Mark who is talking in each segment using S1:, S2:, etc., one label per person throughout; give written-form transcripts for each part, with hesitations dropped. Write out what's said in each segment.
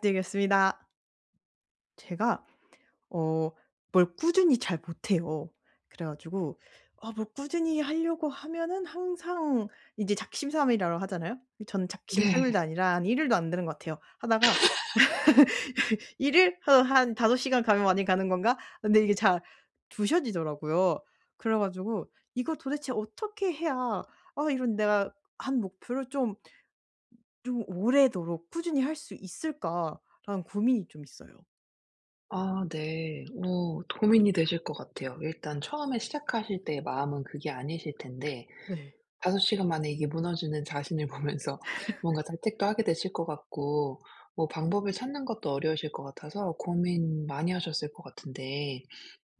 S1: 드리겠습니다. 제가 어 뭘 꾸준히 잘 못해요. 그래 가지고 아 뭘 꾸준히 하려고 하면은 항상 이제 작심삼일이라고 하잖아요. 저는
S2: 네.
S1: 작심삼일도 아니라 한 1 일도 안 되는 것 같아요. 하다가 1 일? 한 5 시간 가면 많이 가는 건가? 근데 이게 잘 두셔지더라고요. 그래 가지고 이거 도대체 어떻게 해야 아 이런 내가 한 목표를 좀 오래도록 꾸준히 할 수 있을까라는 고민이 좀 있어요.
S2: 아 네. 고민이 되실 것 같아요. 일단 처음에 시작하실 때의 마음은 그게 아니실 텐데,
S1: 네.
S2: 5 시간 만에 이게 무너지는 자신을 보면서 뭔가 자책도 하게 되실 것 같고, 뭐 방법을 찾는 것도 어려우실 것 같아서 고민 많이 하셨을 것 같은데,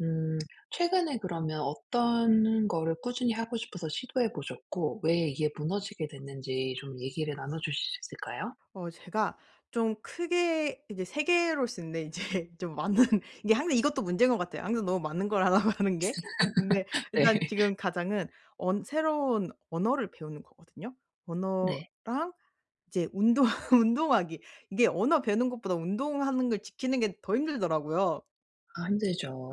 S2: 음 최근에 그러면 어떤 거를 꾸준히 하고 싶어서 시도해 보셨고 왜 이게 무너지게 됐는지 좀 얘기를 나눠 주실 수 있을까요?
S1: 제가 좀 크게 이제 3개로 쓰는데 이제 좀 많은 이게 항상 이것도 문제인 것 같아요. 항상 너무 많은 걸 하라고 하는 게. 근데
S2: 네.
S1: 일단 지금 가장은 언 새로운 언어를 배우는 거거든요.
S2: 네.
S1: 언어랑 이제 운동 운동하기. 이게 언어 배우는 것보다 운동하는 걸 지키는 게 더 힘들더라고요.
S2: 아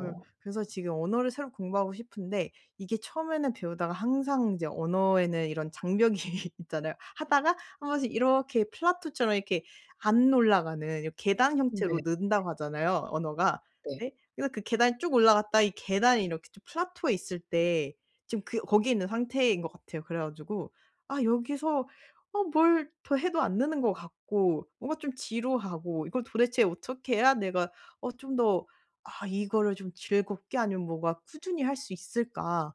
S1: 음. 그래서 지금 언어를 새로 공부하고 싶은데, 이게 처음에는 배우다가 항상 이제 언어에는 이런 장벽이 있잖아요. 하다가 한 번씩 이렇게 플라토처럼 이렇게 안 올라가는 이 계단 형태로
S2: 네.
S1: 는다고 하잖아요, 언어가.
S2: 네.
S1: 네. 그래서 그 계단이 쭉 올라갔다 이 계단이 이렇게 좀 플라토에 있을 때, 지금 그 거기에 있는 상태인 것 같아요. 그래 가지고 아 여기서 뭘 더 해도 안 느는 것 같고 뭔가 좀 지루하고, 이걸 도대체 어떻게 해야 내가 어좀더 '아, 이거를 좀 즐겁게 아니면 뭔가 꾸준히 할 수 있을까?'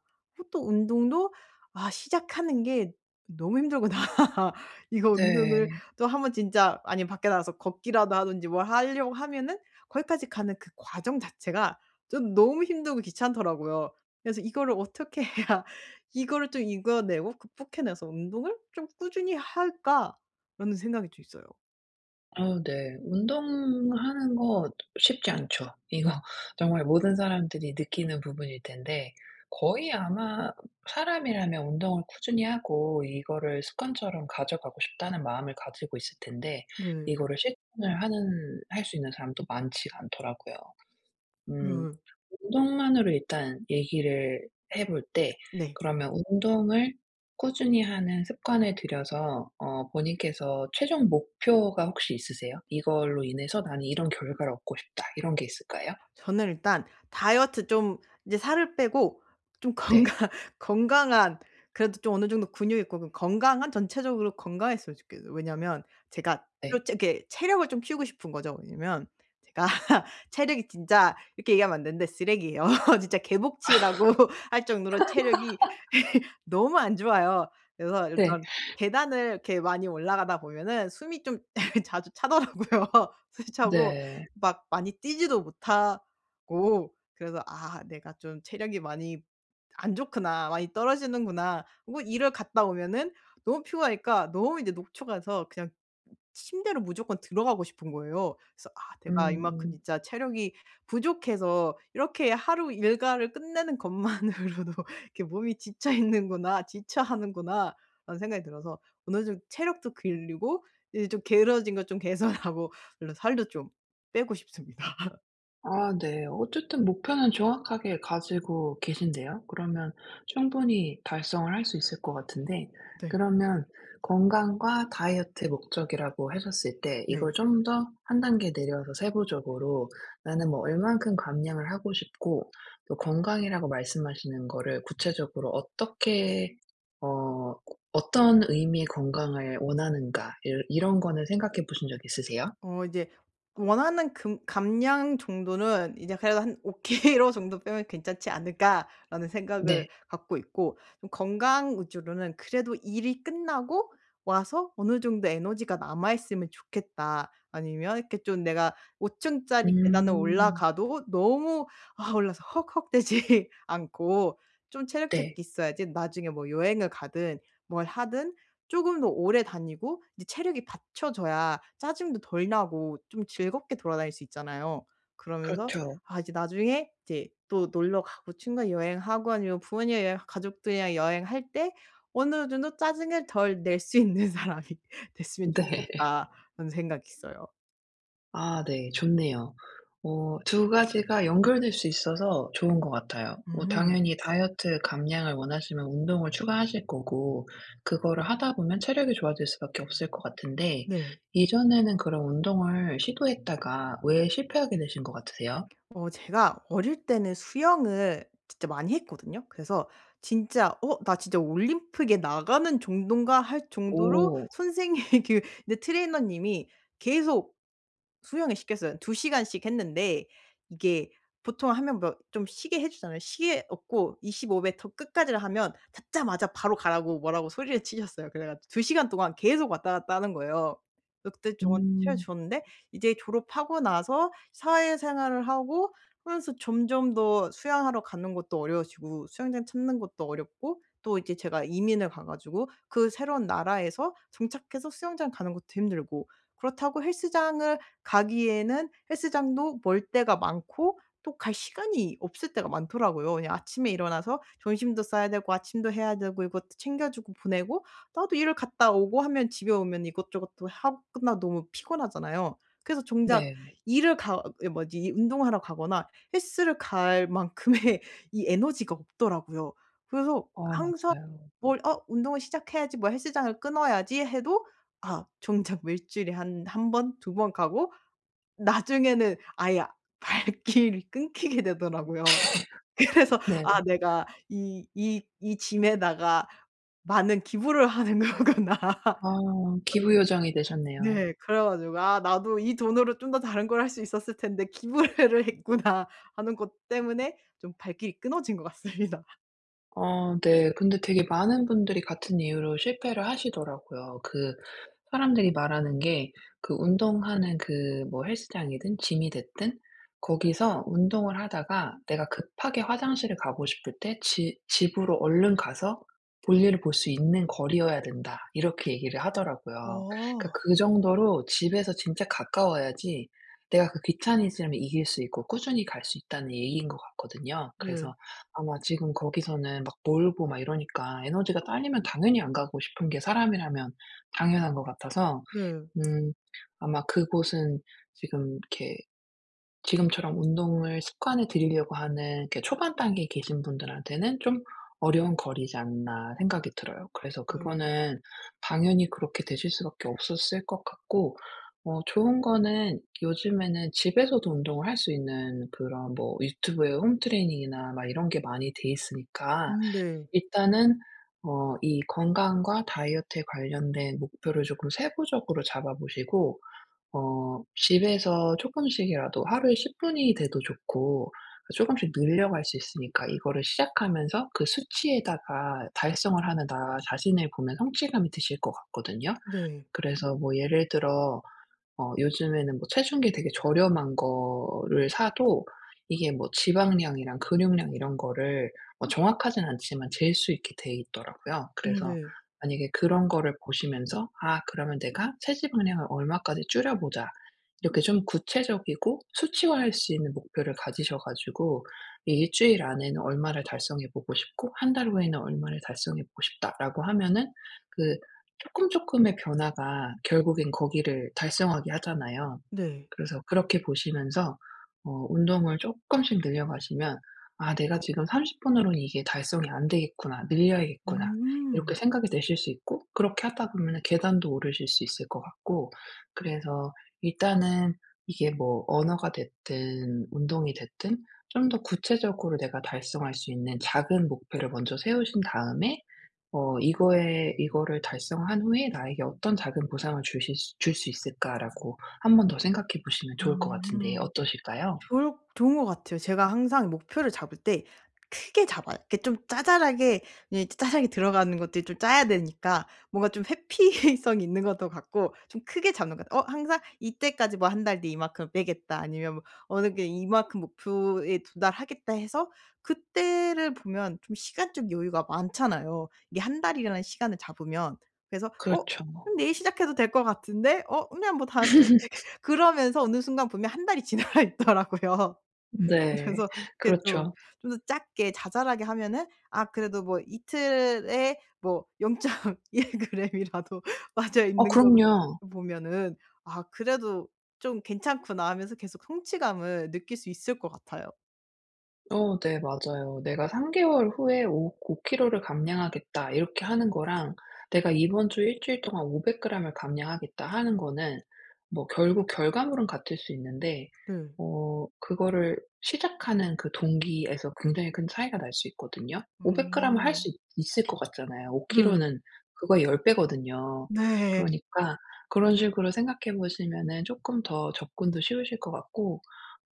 S1: 또 운동도, 아 시작하는 게 너무 힘들구나. 이거 운동을
S2: 네.
S1: 또 한번 진짜 아니면 밖에 나가서 걷기라도 하든지 뭘 하려고 하면은 거기까지 가는 그 과정 자체가 좀 너무 힘들고 귀찮더라고요. 그래서 이거를 어떻게 해야 이거를 좀 이겨내고 극복해내서 '운동을 좀 꾸준히 할까?'라는 생각이 좀 있어요.
S2: 아 네. 운동하는 거 쉽지 않죠. 이거 정말 모든 사람들이 느끼는 부분일 텐데, 거의 아마 사람이라면 운동을 꾸준히 하고 이거를 습관처럼 가져가고 싶다는 마음을 가지고 있을 텐데,
S1: 네.
S2: 이거를 실천을 하는 할 수 있는 사람도 많지가 않더라고요. 음.
S1: 네.
S2: 운동만으로 일단 얘기를 해볼 때,
S1: 네.
S2: 그러면 운동을 꾸준히 하는 습관을 들여서 본인께서 최종 목표가 혹시 있으세요? '이걸로 인해서 나는 이런 결과를 얻고 싶다.' 이런 게 있을까요?
S1: 저는 일단 다이어트 좀, 이제 살을 빼고 좀
S2: 네.
S1: 건강 건강한, 그래도 좀 어느 정도 근육 있고 그 건강한, 전체적으로 건강했으면 좋겠어요. 왜냐면 제가
S2: 네.
S1: 또 체 이렇게 체력을 좀 키우고 싶은 거죠. 왜냐면 제가 체력이 진짜, 이렇게 얘기하면 안 되는데, 쓰레기예요. 진짜 개복치라고 할 정도로 체력이 너무 안 좋아요. 그래서
S2: 네.
S1: 일단 계단을 이렇게 많이 올라가다 보면은 숨이 좀 자주 차더라고요. 숨이 차고
S2: 네.
S1: 막 많이 뛰지도 못하 고, 그래서 '아 내가 좀 체력이 많이 안 좋구나. 많이 떨어지는구나.' 리고 일을 갔다 오면은 너무 피곤하니까 너무 이제 녹초가서 그냥 침대로 무조건 들어가고 싶은 거예요. 그래서 '아 내가 이만큼
S2: 음.
S1: 진짜 체력이 부족해서 이렇게 하루 일과를 끝내는 것만으로도 이렇게 몸이 지쳐 있는구나. 지쳐하는구나.'라는 생각이 들어서, 어느 정도 체력도 길리고 이제 좀 게으러진 것 좀 개선하고 물론 살도 좀 빼고 싶습니다.
S2: 아 네. 어쨌든 목표는 정확하게 가지고 계신데요. 그러면 충분히 달성을 할 수 있을 것 같은데,
S1: 네.
S2: 그러면 건강과 다이어트 목적이라고 하셨을 때
S1: 네.
S2: 이걸 좀 더 한 단계 내려서 세부적으로 나는 뭐 얼만큼 감량을 하고 싶고, 또 건강이라고 말씀하시는 거를 구체적으로 어떻게, 어 어떤 의미의 건강을 원하는가, 이 이런 거는 생각해 보신 적 있으세요?
S1: 이제 원하는 금 감량 정도는 이제 그래도 한 5 킬로 정도 빼면 괜찮지 않을까라는 생각을
S2: 네.
S1: 갖고 있고, 좀 건강 위주로는 그래도 일이 끝나고 와서 어느 정도 에너지가 남아 있으면 좋겠다. 아니면 이렇게 좀 내가 5 층짜리 계단을
S2: 음.
S1: 올라가도 너무 아 올라서 헉헉대지 않고, 좀 체력적이
S2: 네.
S1: 있어야지 나중에 뭐 여행을 가든 뭘 하든 쪼금 더 오래 다니고, 이제 체력이 받쳐져야 짜증도 덜 나고 좀 즐겁게 돌아다닐 수 있잖아요. 그러면서
S2: 그렇죠.
S1: 아 이제 나중에 이제 또 놀러 가고 친구랑 여행하고 아니면 부모님 여행, 가족들이랑 여행할 때 어느 정도 짜증을 덜 낼 수 있는 사람이 됐으면
S2: 네.
S1: 좋겠다 라는 생각이 있어요.
S2: 아 네. 좋네요. 두 가지가 연결될 수 있어서 좋은 것 같아요. 뭐
S1: 음.
S2: 당연히 다이어트 감량을 원하시면 운동을 추가하실 거고, 그거를 하다 보면 체력이 좋아질 수밖에 없을 것 같은데,
S1: 네.
S2: 이전에는 그런 운동을 시도했다가 왜 실패하게 되신 것 같으세요?
S1: 제가 어릴 때는 수영을 진짜 많이 했거든요. 그래서 진짜 '어 나 진짜 올림픽에 나가는 정인가' 할 정도로,
S2: 오.
S1: 선생님이 그 근데 트레이너님이 계속 수영을 시켰어요. 2시간씩 했는데, 이게 보통 하면 뭐 좀 쉬게 해 주잖아요. 쉬게 없고, 25 미터 끝까지를 하면 닿자마자 바로 가라고 뭐라고 소리를 치셨어요. 그래 가지고 시간 동안 계속 왔다 갔다 하는 거예요. 그때 좀 체력
S2: 음.
S1: 좋았는데, 이제 졸업하고 나서 사회생활을 하고 하면서 점점 더 수영하러 가는 것도 어려워지고 수영장 찾는 것도 어렵고, 또 이제 제가 이민을 가 가지고 그 새로운 나라에서 정착해서 수영장 가는 것도 힘들고, 그렇다고 헬스장을 가기에는 헬스장도 멀 때가 많고 또 갈 시간이 없을 때가 많더라고요. 그냥 아침에 일어나서 점심도 싸야 되고 아침도 해야 되고 이것도 챙겨 주고 보내고 나도 일을 갔다 오고 하면, 집에 오면 이것저것 또 하고 끝나면 너무 피곤하잖아요. 그래서 정작
S2: 네.
S1: 일을 가, 그 뭐지, 이 운동하러 가거나 헬스를 갈 만큼의 이 에너지가 없더라고요. 그래서
S2: 어
S1: 항상
S2: 맞아요.
S1: 뭘 '어 운동을 시작해야지. 뭐 헬스장을 끊어야지.' 해도, 아 정작 뭐 일주일에 한 한 번, 두 번 가고 나중에는 아예 발길이 끊기게 되더라고요. 그래서
S2: 네.
S1: '아 내가 이 짐에다가 많은 기부를 하는 거구나.'
S2: 아 기부요정이 되셨네요.
S1: 네. 그래 가지고 '아 나도 이 돈으로 좀 더 다른 걸 할 수 있었을 텐데 기부를 했구나.' 하는 것 때문에 좀 발길이 끊어진 것 같습니다.
S2: 어, 네. 근데 되게 많은 분들이 같은 이유로 실패를 하시더라고요. 그 사람들이 말하는 게, 그 운동하는 그 뭐 헬스장이든 짐이 됐든 거기서 운동을 하다가 내가 급하게 화장실을 가고 싶을 때 지 집으로 얼른 가서 볼일을 볼 수 있는 거리여야 된다, 이렇게 얘기를 하더라고요. 그러니까
S1: 어.
S2: 그 정도로 집에서 진짜 가까워야지 내가 그 귀차니즘을 이길 수 있고 꾸준히 갈 수 있다는 얘기인 것 같거든요.
S1: 네.
S2: 그래서 아마 지금 거기서는 막 몰고 막 이러니까 에너지가 딸리면 당연히 안 가고 싶은 게 사람이라면 당연한 것 같아서,
S1: 네.
S2: 음 아마 그곳은 지금 이렇게 지금처럼 운동을 습관에 들이려고 하는 이렇게 초반 단계에 계신 분들한테는 좀 어려운 거리지 않나 생각이 들어요. 그래서
S1: 네.
S2: 그거는 당연히 그렇게 되실 수밖에 없었을 것 같고, 좋은 거는 요즘에는 집에서도 운동을 할 수 있는 그런 뭐 유튜브에 홈 트레이닝이나 막 이런 게 많이 돼 있으니까,
S1: 음. 네.
S2: 일단은 이 건강과 다이어트에 관련된 목표를 조금 세부적으로 잡아 보시고, 집에서 조금씩이라도 하루에 10 분이 돼도 좋고, 조금씩 늘려갈 수 있으니까 이거를 시작하면서 그 수치에다가 달성을 하는 나 자신을 보면 성취감이 드실 것 같거든요.
S1: 네.
S2: 그래서 뭐 예를 들어 요즘에는 뭐 체중계 되게 저렴한 거를 사도 이게 뭐 지방량이랑 근육량 이런 거를 뭐 정확하진 않지만 잴 수 있게 돼 있더라고요.
S1: 음.
S2: 그래서
S1: 네.
S2: 만약에 그런 거를 보시면서 '아 그러면 내가 체지방량을 얼마까지 줄여 보자.' 이렇게 좀 구체적이고 수치화할 수 있는 목표를 가지셔 가지고, 이 1 주일 안에는 얼마를 달성해 보고 싶고 한 달 후에는 얼마를 달성해 보고 싶다라고 하면은, 그 조금 조금의 변화가 결국엔 거기를 달성하게 하잖아요.
S1: 네.
S2: 그래서 그렇게 보시면서 운동을 조금씩 늘려가시면 '아 내가 지금 30 분으로는 이게 달성이 안 되겠구나. 늘려야겠구나.' 이렇게
S1: 음.
S2: 생각이 되실 수 있고, 그렇게 하다 보면 계단도 오르실 수 있을 것 같고, 그래서 일단은 이게 뭐 언어가 됐든 운동이 됐든 좀 더 구체적으로 내가 달성할 수 있는 작은 목표를 먼저 세우신 다음에, 이거에 이거를 달성한 후에 나에게 어떤 작은 보상을 주실 줄 수 있을까라고 한 번 더 생각해 보시면 좋을 것 같은데
S1: 음.
S2: 어떠실까요?
S1: 좋을 좋은 것 같아요. 제가 항상 목표를 잡을 때 크게 잡아요. 이렇게 좀 짜잘하게예잘하게 들어가는 것들이 좀 짜야 되니까 뭔가 좀 회피성이 있는 것도 같고, 좀 크게 잡는 것 같아요. 항상 이때까지 뭐 '한 달 뒤에 이만큼 빼겠다.' 아니면 뭐 '어느 게 이만큼 목표에 도달하겠다.' 해서, 그때를 보면 좀 시간적 여유가 많잖아요. 이게 한 달이라는 시간을 잡으면. 그래서 '어
S2: 그렇죠.
S1: 그럼 내일 시작해도 될 것 같은데? 어 그냥 뭐 다음 주에' 그러면서 어느 순간 보면 한 달이 지나가 있더라고요.
S2: 네.
S1: 그래서 이렇게 좀
S2: 그렇죠.
S1: 좀 더 작게 자잘하게 하면은, 아 그래도 뭐 이틀에 뭐 0.1 그램이라도 빠져
S2: 어
S1: 있는 거를
S2: 그럼요.
S1: 보면은 '아 그래도 좀 괜찮구나.' 하면서 계속 성취감을 느낄 수 있을 것 같아요.
S2: 어 네 맞아요. 내가 3 개월 후에 오 5 킬로를 감량하겠다 이렇게 하는 거랑 내가 이번 주 1 주일 동안 500 그램을 감량하겠다 하는 거는 뭐 결국 결과물은 같을 수 있는데,
S1: 네.
S2: 그거를 시작하는 그 동기에서 굉장히 큰 차이가 날 수 있거든요. 500 그램을 할
S1: 음.
S2: 수 있 있을 것 같잖아요. 5
S1: 네.
S2: 킬로는 그거의 10 배거든요.
S1: 네.
S2: 그러니까 그런 식으로 생각해 보시면은 쪼끔 더 접근도 쉬우실 것 같고,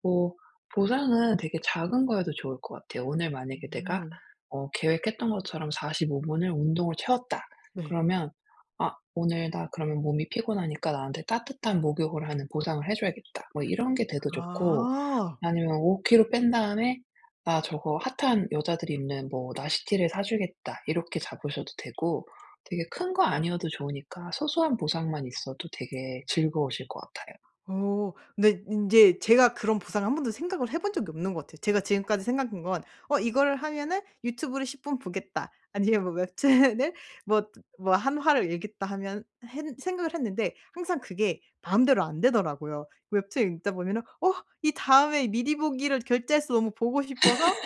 S2: 뭐 보상은 되게 작은 거여도 좋을 것 같아요. 오늘 만약에 내가
S1: 음.
S2: 계획했던 것처럼 45 분을 운동을 채웠다.
S1: 네.
S2: 그러면 '아 오늘 나 그러면 몸이 피곤하니까 나한테 따뜻한 목욕을 하는 보상을 해 줘야겠다.' 뭐 이런 게 돼도 좋고,
S1: 아.
S2: 아니면 5 킬로 뺀 다음에 '나 저거 핫한 여자들이 입는 뭐 나시티를 사 주겠다.' 이렇게 잡으셔도 되고, 되게 큰 거 아니어도 좋으니까 소소한 보상만 있어도 되게 즐거우실 것 같아요.
S1: 어. 근데 인제 제가 그런 보상을 한 번도 생각을 해본 적이 없는 것 같아요. 제가 지금까지 생각한 건 '어 이거를 하면은 유튜브를 10분 보겠다.' 아니면 뭐 웹툰을 뭐 뭐 한 화를 읽겠다 하면, 했 생각을 했는데 항상 그게 마음대로 안 되더라고요. 웹툰 읽다 보면은 '어 이 다음에 미리 보기를 결제해서 너무 보고 싶어서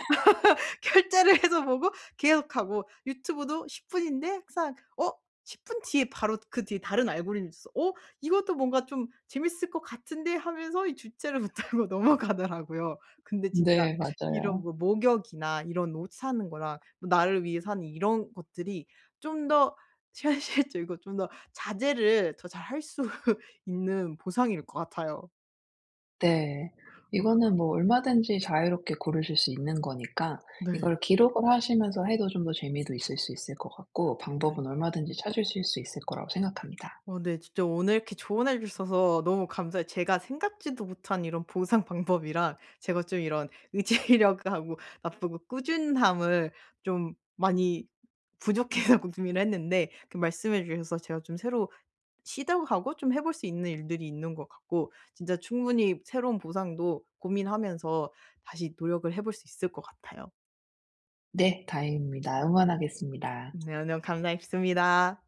S1: 결제를' 해서 보고 계속하고, 유튜브도 10 분인데 항상 10분 뒤에 바로 그 뒤에 다른 알고리즘이 있어서 '어 이것도 뭔가 좀 재밌을 것 같은데.' 하면서 이 주체를 못하고 넘어가더라고요. 근데 진짜
S2: 네
S1: 이런
S2: 맞아요.
S1: 뭐 목욕이나 이런 옷 사는 거랑 뭐 나를 위해 사는 이런 것들이 좀 더 현실적이고 좀 더 자제를 더 잘 할 수 있는 보상일 것 같아요.
S2: 네.
S1: 어,
S2: 이거는 뭐 얼마든지 자유롭게 고르실 수 있는 거니까
S1: 네.
S2: 이걸 기록을 하시면서 해도 좀 더 재미도 있을 수 있을 것 같고,
S1: 네.
S2: 방법은 얼마든지 찾으실 수 있을 거라고 생각합니다.
S1: 어, 네. 진짜 오늘 이렇게 조언해 주셔서 너무 감사해요. 제가 생각지도 못한 이런 보상 방법이랑, 제가 좀 이런 의지력하고 나쁘고 꾸준함을 좀 많이 부족해서 고민을 했는데, 그 말씀해 주셔서 제가 좀 새로 시도하고 좀 해볼 수 있는 일들이 있는 것 같고, 진짜 충분히 새로운 보상도 고민하면서 다시 노력을 해볼 수 있을 것 같아요.
S2: 네. 다행입니다. 응원하겠습니다.
S1: 네. 오늘 감사했습니다.